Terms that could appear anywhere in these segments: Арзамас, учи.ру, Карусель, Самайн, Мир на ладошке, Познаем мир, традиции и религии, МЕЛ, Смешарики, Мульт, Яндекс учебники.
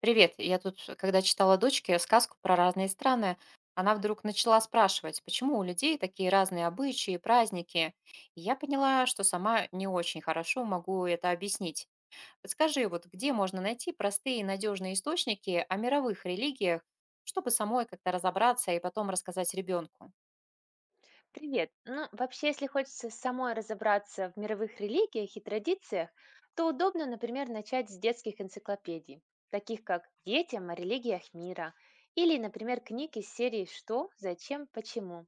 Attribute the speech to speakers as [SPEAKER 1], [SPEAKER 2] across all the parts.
[SPEAKER 1] Привет, я тут, когда читала дочке сказку про разные страны, она вдруг начала спрашивать, почему у людей такие разные обычаи, праздники. И я поняла, что сама не очень хорошо могу это объяснить. Подскажи, вот где можно найти простые и надежные источники о мировых религиях, чтобы самой как-то разобраться и потом рассказать ребенку?
[SPEAKER 2] Привет. Ну, вообще, если хочется самой разобраться в мировых религиях и традициях, то удобно, например, начать с детских энциклопедий, таких как «Детям о религиях мира» или, например, книг из серии «Что?», «Зачем?», «Почему?».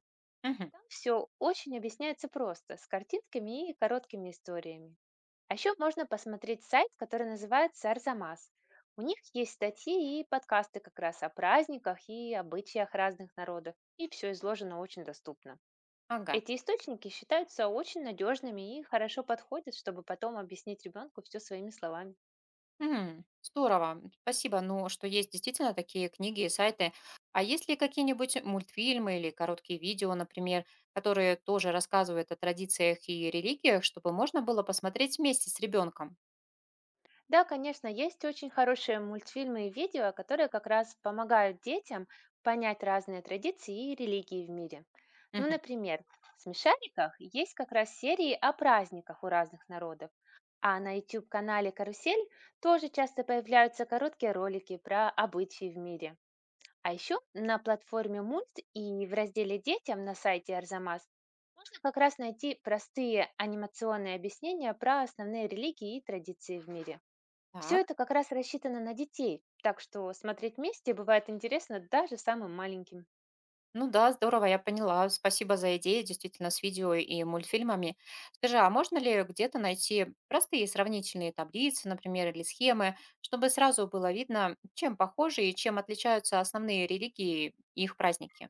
[SPEAKER 2] Там все очень объясняется просто, с картинками и короткими историями. А еще можно посмотреть сайт, который называется «Арзамас». У них есть статьи и подкасты как раз о праздниках и обычаях разных народов, и все изложено очень доступно.
[SPEAKER 1] Ага.
[SPEAKER 2] Эти источники считаются очень надежными и хорошо подходят, чтобы потом объяснить ребенку все своими словами.
[SPEAKER 1] Мгм. Здорово. Спасибо, ну, что есть действительно такие книги и сайты. А есть ли какие-нибудь мультфильмы или короткие видео, например, которые тоже рассказывают о традициях и религиях, чтобы можно было посмотреть вместе с ребенком?
[SPEAKER 2] Да, конечно, есть очень хорошие мультфильмы и видео, которые как раз помогают детям понять разные традиции и религии в мире. Ну,
[SPEAKER 1] Мгм.
[SPEAKER 2] например, в «Смешариках» есть как раз серии о праздниках у разных народов. А на YouTube-канале «Карусель» тоже часто появляются короткие ролики про обычаи в мире. А еще на платформе Мульт и в разделе «Детям» на сайте Арзамас можно как раз найти простые анимационные объяснения про основные религии и традиции в мире. Все
[SPEAKER 1] Так.
[SPEAKER 2] это как раз рассчитано на детей, так что смотреть вместе бывает интересно даже самым маленьким.
[SPEAKER 1] Ну да, здорово, я поняла. Спасибо за идеи, действительно, с видео и мультфильмами. Скажи, а можно ли где-то найти простые сравнительные таблицы, например, или схемы, чтобы сразу было видно, чем похожи и чем отличаются основные религии и их праздники?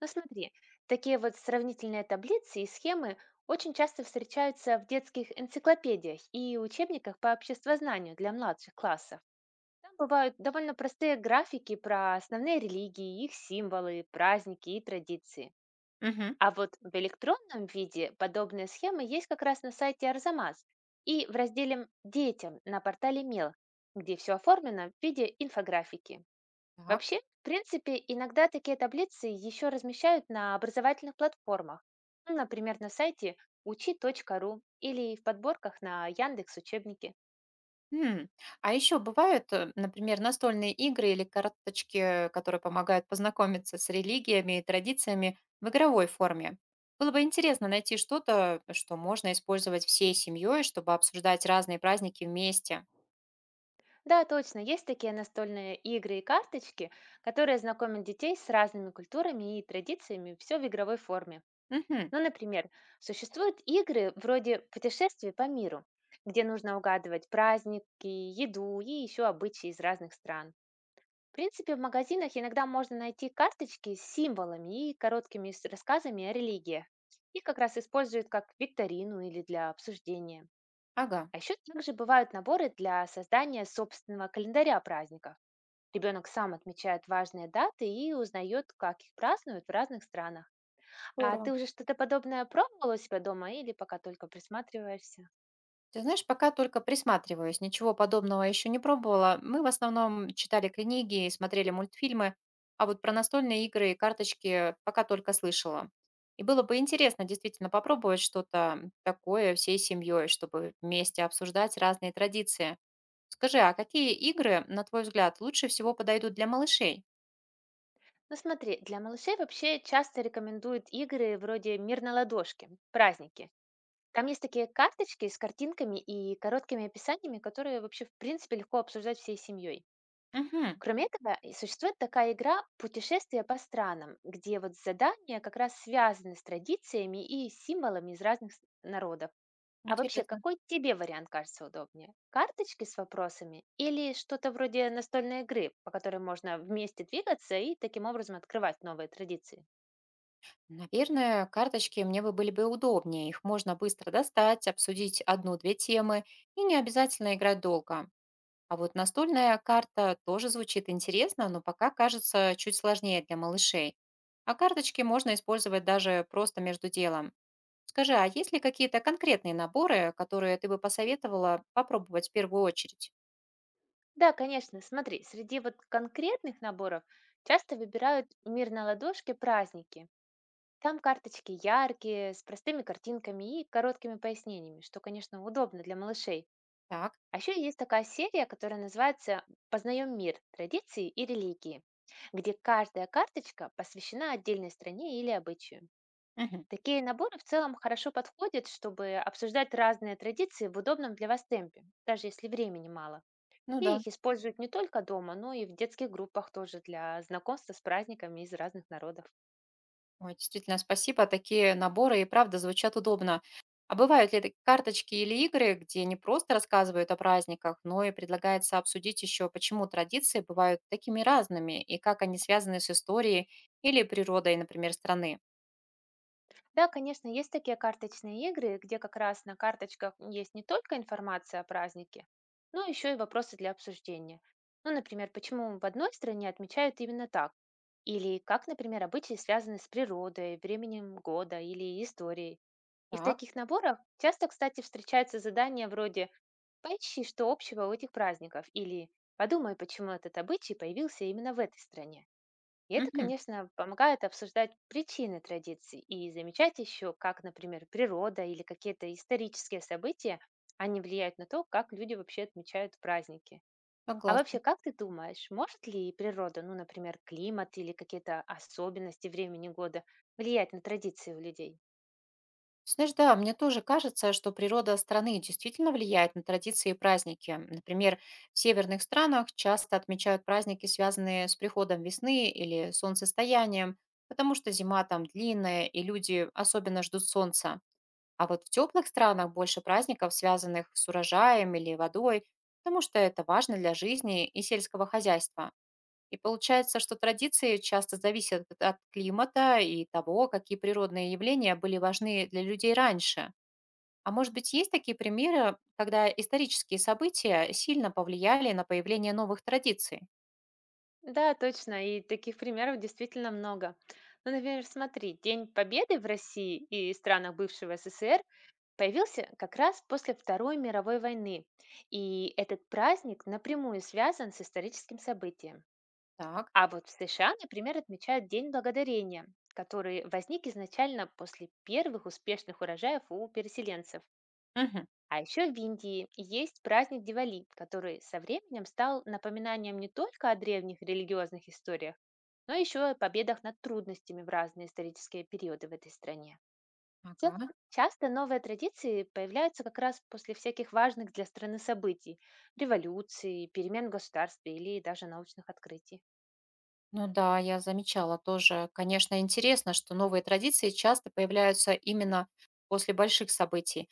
[SPEAKER 2] Но смотри, такие вот сравнительные таблицы и схемы очень часто встречаются в детских энциклопедиях и учебниках по обществознанию для младших классов. Там бывают довольно простые графики про основные религии, их символы, праздники и традиции.
[SPEAKER 1] Мгм.
[SPEAKER 2] А вот в электронном виде подобные схемы есть как раз на сайте Арзамас и в разделе «Детям» на портале МЕЛ, где все оформлено в виде инфографики.
[SPEAKER 1] Так.
[SPEAKER 2] Вообще, в принципе, иногда такие таблицы еще размещают на образовательных платформах, ну, например, на сайте учи.ру или в подборках на Яндекс учебники.
[SPEAKER 1] М. А еще бывают, например, настольные игры или карточки, которые помогают познакомиться с религиями и традициями в игровой форме. Было бы интересно найти что-то, что можно использовать всей семьей, чтобы обсуждать разные праздники вместе.
[SPEAKER 2] Да, точно, есть такие настольные игры и карточки, которые знакомят детей с разными культурами и традициями, все в игровой форме.
[SPEAKER 1] Мгм.
[SPEAKER 2] Ну, например, существуют игры вроде путешествий по миру, где нужно угадывать праздники, еду и еще обычаи из разных стран. В принципе, в магазинах иногда можно найти карточки с символами и короткими рассказами о религиях. Их как раз используют как викторину или для обсуждения.
[SPEAKER 1] Ага.
[SPEAKER 2] А еще также бывают наборы для создания собственного календаря праздников. Ребенок сам отмечает важные даты и узнает, как их празднуют в разных странах. А
[SPEAKER 1] Здорово.
[SPEAKER 2] ты уже что-то подобное пробовала у себя дома или пока только присматриваешься?
[SPEAKER 1] Ты знаешь, пока только присматриваюсь, ничего подобного еще не пробовала. Мы в основном читали книги и смотрели мультфильмы, а вот про настольные игры и карточки пока только слышала. И было бы интересно действительно попробовать что-то такое всей семьей, чтобы вместе обсуждать разные традиции. Скажи, а какие игры, на твой взгляд, лучше всего подойдут для малышей?
[SPEAKER 2] Ну смотри, для малышей вообще часто рекомендуют игры вроде «Мир на ладошке», праздники. Там есть такие карточки с картинками и короткими описаниями, которые вообще в принципе легко обсуждать всей семьей.
[SPEAKER 1] Угу,
[SPEAKER 2] Кроме этого, и существует такая игра «Путешествие по странам», где вот задания как раз связаны с традициями и символами из разных народов. А вообще,
[SPEAKER 1] интересно.
[SPEAKER 2] какой тебе вариант кажется удобнее? Карточки с вопросами или что-то вроде настольной игры, по которой можно вместе двигаться и таким образом открывать новые традиции?
[SPEAKER 1] Наверное, карточки мне бы были бы удобнее. Их можно быстро достать, обсудить одну-две темы и не обязательно играть долго. А вот настольная карта тоже звучит интересно, но пока кажется чуть сложнее для малышей. А карточки можно использовать даже просто между делом. Скажи, а есть ли какие-то конкретные наборы, которые ты бы посоветовала попробовать в первую очередь?
[SPEAKER 2] Да, конечно, смотри, среди вот конкретных наборов часто выбирают мир на ладошке праздники. Там карточки яркие, с простыми картинками и короткими пояснениями, что, конечно, удобно для малышей.
[SPEAKER 1] Так.
[SPEAKER 2] А еще есть такая серия, которая называется «Познаем мир, традиции и религии», где каждая карточка посвящена отдельной стране или обычаю.
[SPEAKER 1] Мгм.
[SPEAKER 2] Такие наборы в целом хорошо подходят, чтобы обсуждать разные традиции в удобном для вас темпе, даже если времени мало.
[SPEAKER 1] Ну
[SPEAKER 2] И
[SPEAKER 1] да.
[SPEAKER 2] их используют не только дома, но и в детских группах тоже для знакомства с праздниками из разных народов.
[SPEAKER 1] Ой, действительно, спасибо. Такие наборы и правда звучат удобно. А бывают ли такие карточки или игры, где не просто рассказывают о праздниках, но и предлагается обсудить еще, почему традиции бывают такими разными и как они связаны с историей или природой, например, страны?
[SPEAKER 2] Да, конечно, есть такие карточные игры, где как раз на карточках есть не только информация о празднике, но еще и вопросы для обсуждения. Ну, например, почему в одной стране отмечают именно так? Или как, например, обычаи связаны с природой, временем года или историей. И в
[SPEAKER 1] Так.
[SPEAKER 2] таких наборах часто, кстати, встречаются задания вроде «Поищи, что общего у этих праздников» или «Подумай, почему этот обычай появился именно в этой стране». И это,
[SPEAKER 1] Мгм.
[SPEAKER 2] конечно, помогает обсуждать причины традиций и замечать еще, как, например, природа или какие-то исторические события, они влияют на то, как люди вообще отмечают праздники. А
[SPEAKER 1] Согласна.
[SPEAKER 2] вообще, как ты думаешь, может ли природа, ну, например, климат или какие-то особенности времени года влиять на традиции у людей?
[SPEAKER 1] Знаешь, да, мне тоже кажется, что природа страны действительно влияет на традиции и праздники. Например, в северных странах часто отмечают праздники, связанные с приходом весны или солнцестоянием, потому что зима там длинная, и люди особенно ждут солнца. А вот в теплых странах больше праздников, связанных с урожаем или водой, потому что это важно для жизни и сельского хозяйства. И получается, что традиции часто зависят от климата и того, какие природные явления были важны для людей раньше. А может быть, есть такие примеры, когда исторические события сильно повлияли на появление новых традиций?
[SPEAKER 2] Да, точно, и таких примеров действительно много. Ну, например, смотри, День Победы в России и странах бывшего СССР появился как раз после Второй мировой войны, и этот праздник напрямую связан с историческим событием.
[SPEAKER 1] Так.
[SPEAKER 2] А вот в США, например, отмечают День благодарения, который возник изначально после первых успешных урожаев у переселенцев.
[SPEAKER 1] Мгм.
[SPEAKER 2] А еще в Индии есть праздник Дивали, который со временем стал напоминанием не только о древних религиозных историях, но еще и о победах над трудностями в разные исторические периоды в этой стране. В целом,
[SPEAKER 1] Ага.
[SPEAKER 2] часто новые традиции появляются как раз после всяких важных для страны событий, революций, перемен в государстве или даже научных открытий.
[SPEAKER 1] Ну да, я замечала тоже. Конечно, интересно, что новые традиции часто появляются именно после больших событий.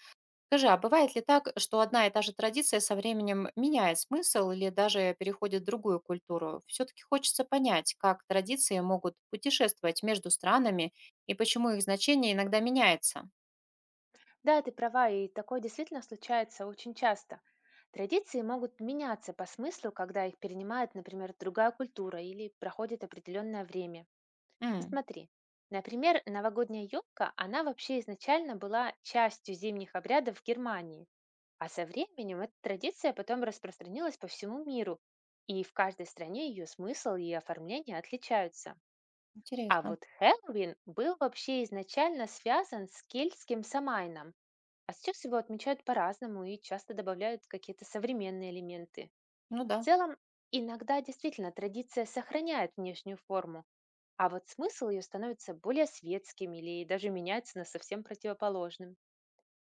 [SPEAKER 1] Скажи, а бывает ли так, что одна и та же традиция со временем меняет смысл или даже переходит в другую культуру? Все-таки хочется понять, как традиции могут путешествовать между странами и почему их значение иногда меняется.
[SPEAKER 2] Да, ты права, и такое действительно случается очень часто. Традиции могут меняться по смыслу, когда их перенимает, например, другая культура или проходит определенное время.
[SPEAKER 1] М,
[SPEAKER 2] Посмотри. Например, новогодняя елка, она вообще изначально была частью зимних обрядов в Германии. А со временем эта традиция потом распространилась по всему миру, и в каждой стране ее смысл и оформление отличаются. А
[SPEAKER 1] интересно.
[SPEAKER 2] вот Хэллоуин был вообще изначально связан с кельтским Самайном, а сейчас его отмечают по-разному и часто добавляют какие-то современные элементы.
[SPEAKER 1] Ну
[SPEAKER 2] В
[SPEAKER 1] да.
[SPEAKER 2] целом, иногда действительно традиция сохраняет внешнюю форму, а вот смысл ее становится более светским или даже меняется на совсем противоположным.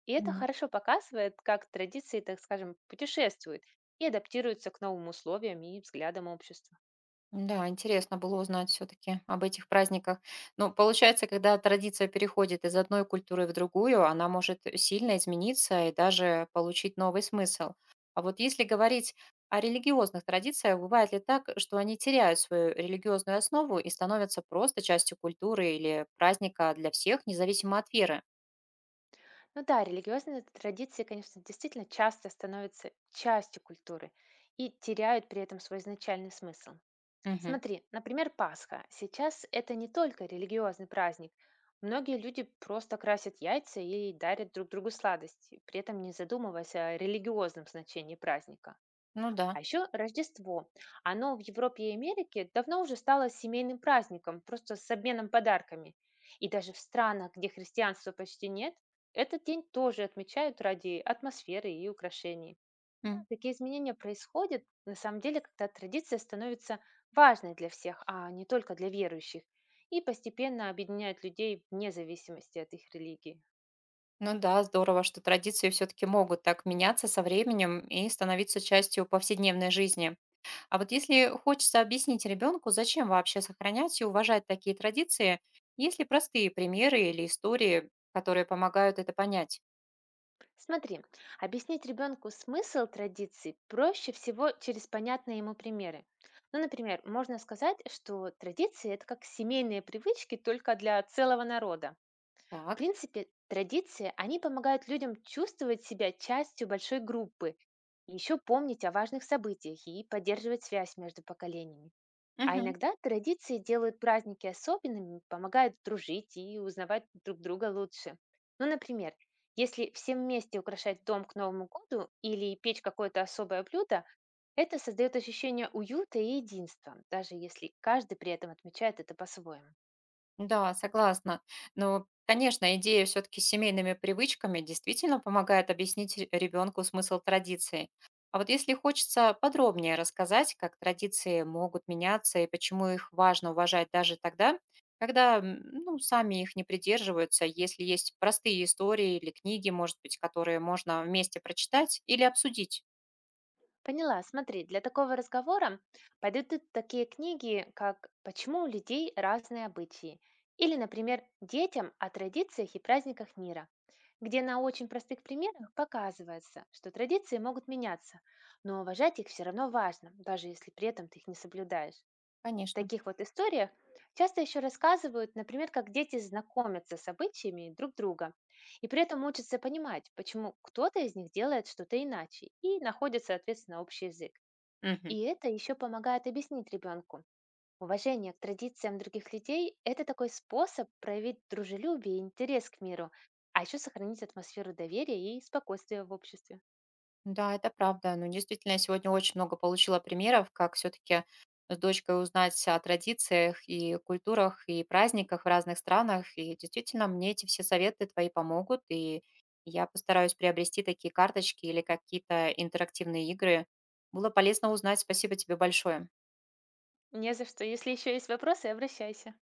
[SPEAKER 2] И это хорошо показывает, как традиции, так скажем, путешествуют и адаптируются к новым условиям и взглядам общества.
[SPEAKER 1] Да, интересно было узнать все-таки об этих праздниках. Ну, получается, когда традиция переходит из одной культуры в другую, она может сильно измениться и даже получить новый смысл. А вот если говорить о религиозных традициях, бывает ли так, что они теряют свою религиозную основу и становятся просто частью культуры или праздника для всех, независимо от веры?
[SPEAKER 2] Ну да, религиозные традиции, конечно, действительно часто становятся частью культуры и теряют при этом свой изначальный смысл.
[SPEAKER 1] Мгм.
[SPEAKER 2] Смотри, например, Пасха. Сейчас это не только религиозный праздник. Многие люди просто красят яйца и дарят друг другу сладости, при этом не задумываясь о религиозном значении праздника.
[SPEAKER 1] Ну
[SPEAKER 2] А
[SPEAKER 1] да.
[SPEAKER 2] еще Рождество. Оно в Европе и Америке давно уже стало семейным праздником, просто с обменом подарками. И даже в странах, где христианства почти нет, этот день тоже отмечают ради атмосферы и украшений. Да,
[SPEAKER 1] М.
[SPEAKER 2] такие изменения происходят, на самом деле, когда традиция становится важной для всех, а не только для верующих, и постепенно объединяет людей вне зависимости от их религии.
[SPEAKER 1] Ну да, здорово, что традиции все-таки могут так меняться со временем и становиться частью повседневной жизни. А вот если хочется объяснить ребенку, зачем вообще сохранять и уважать такие традиции, есть ли простые примеры или истории, которые помогают это понять?
[SPEAKER 2] Смотри, объяснить ребенку смысл традиций проще всего через понятные ему примеры. Ну, например, можно сказать, что традиции– это как семейные привычки только для целого народа. В
[SPEAKER 1] Так.
[SPEAKER 2] принципе, традиции, они помогают людям чувствовать себя частью большой группы, еще помнить о важных событиях и поддерживать связь между поколениями. А иногда традиции делают праздники особенными, помогают дружить и узнавать друг друга лучше. Ну, например, если все вместе украшать дом к Новому году или печь какое-то особое блюдо, это создает ощущение уюта и единства, даже если каждый при этом отмечает это по-своему.
[SPEAKER 1] Да, согласна. Но, конечно, идея все-таки с семейными привычками действительно помогает объяснить ребенку смысл традиции. А вот если хочется подробнее рассказать, как традиции могут меняться и почему их важно уважать даже тогда, когда ну, сами их не придерживаются, если есть простые истории или книги, может быть, которые можно вместе прочитать или обсудить.
[SPEAKER 2] Поняла. Смотри, для такого разговора подойдут такие книги, как «Почему у людей разные обычаи» или, например, «Детям о традициях и праздниках мира», где на очень простых примерах показывается, что традиции могут меняться, но уважать их все равно важно, даже если при этом ты их не соблюдаешь.
[SPEAKER 1] Конечно.
[SPEAKER 2] Таких вот историях часто еще рассказывают, например, как дети знакомятся с обычаями друг друга и при этом учатся понимать, почему кто-то из них делает что-то иначе и находят, соответственно, общий язык.
[SPEAKER 1] Мгм.
[SPEAKER 2] И это еще помогает объяснить ребенку. Уважение к традициям других людей– это такой способ проявить дружелюбие и интерес к миру, а еще сохранить атмосферу доверия и спокойствия в обществе.
[SPEAKER 1] Да, это правда. Ну, действительно, я сегодня очень много получила примеров, как все-таки с дочкой узнать о традициях и культурах и праздниках в разных странах. И действительно, мне эти все советы твои помогут. И я постараюсь приобрести такие карточки или какие-то интерактивные игры. Было полезно узнать. Спасибо тебе большое.
[SPEAKER 2] Не за что. Если еще есть вопросы, обращайся.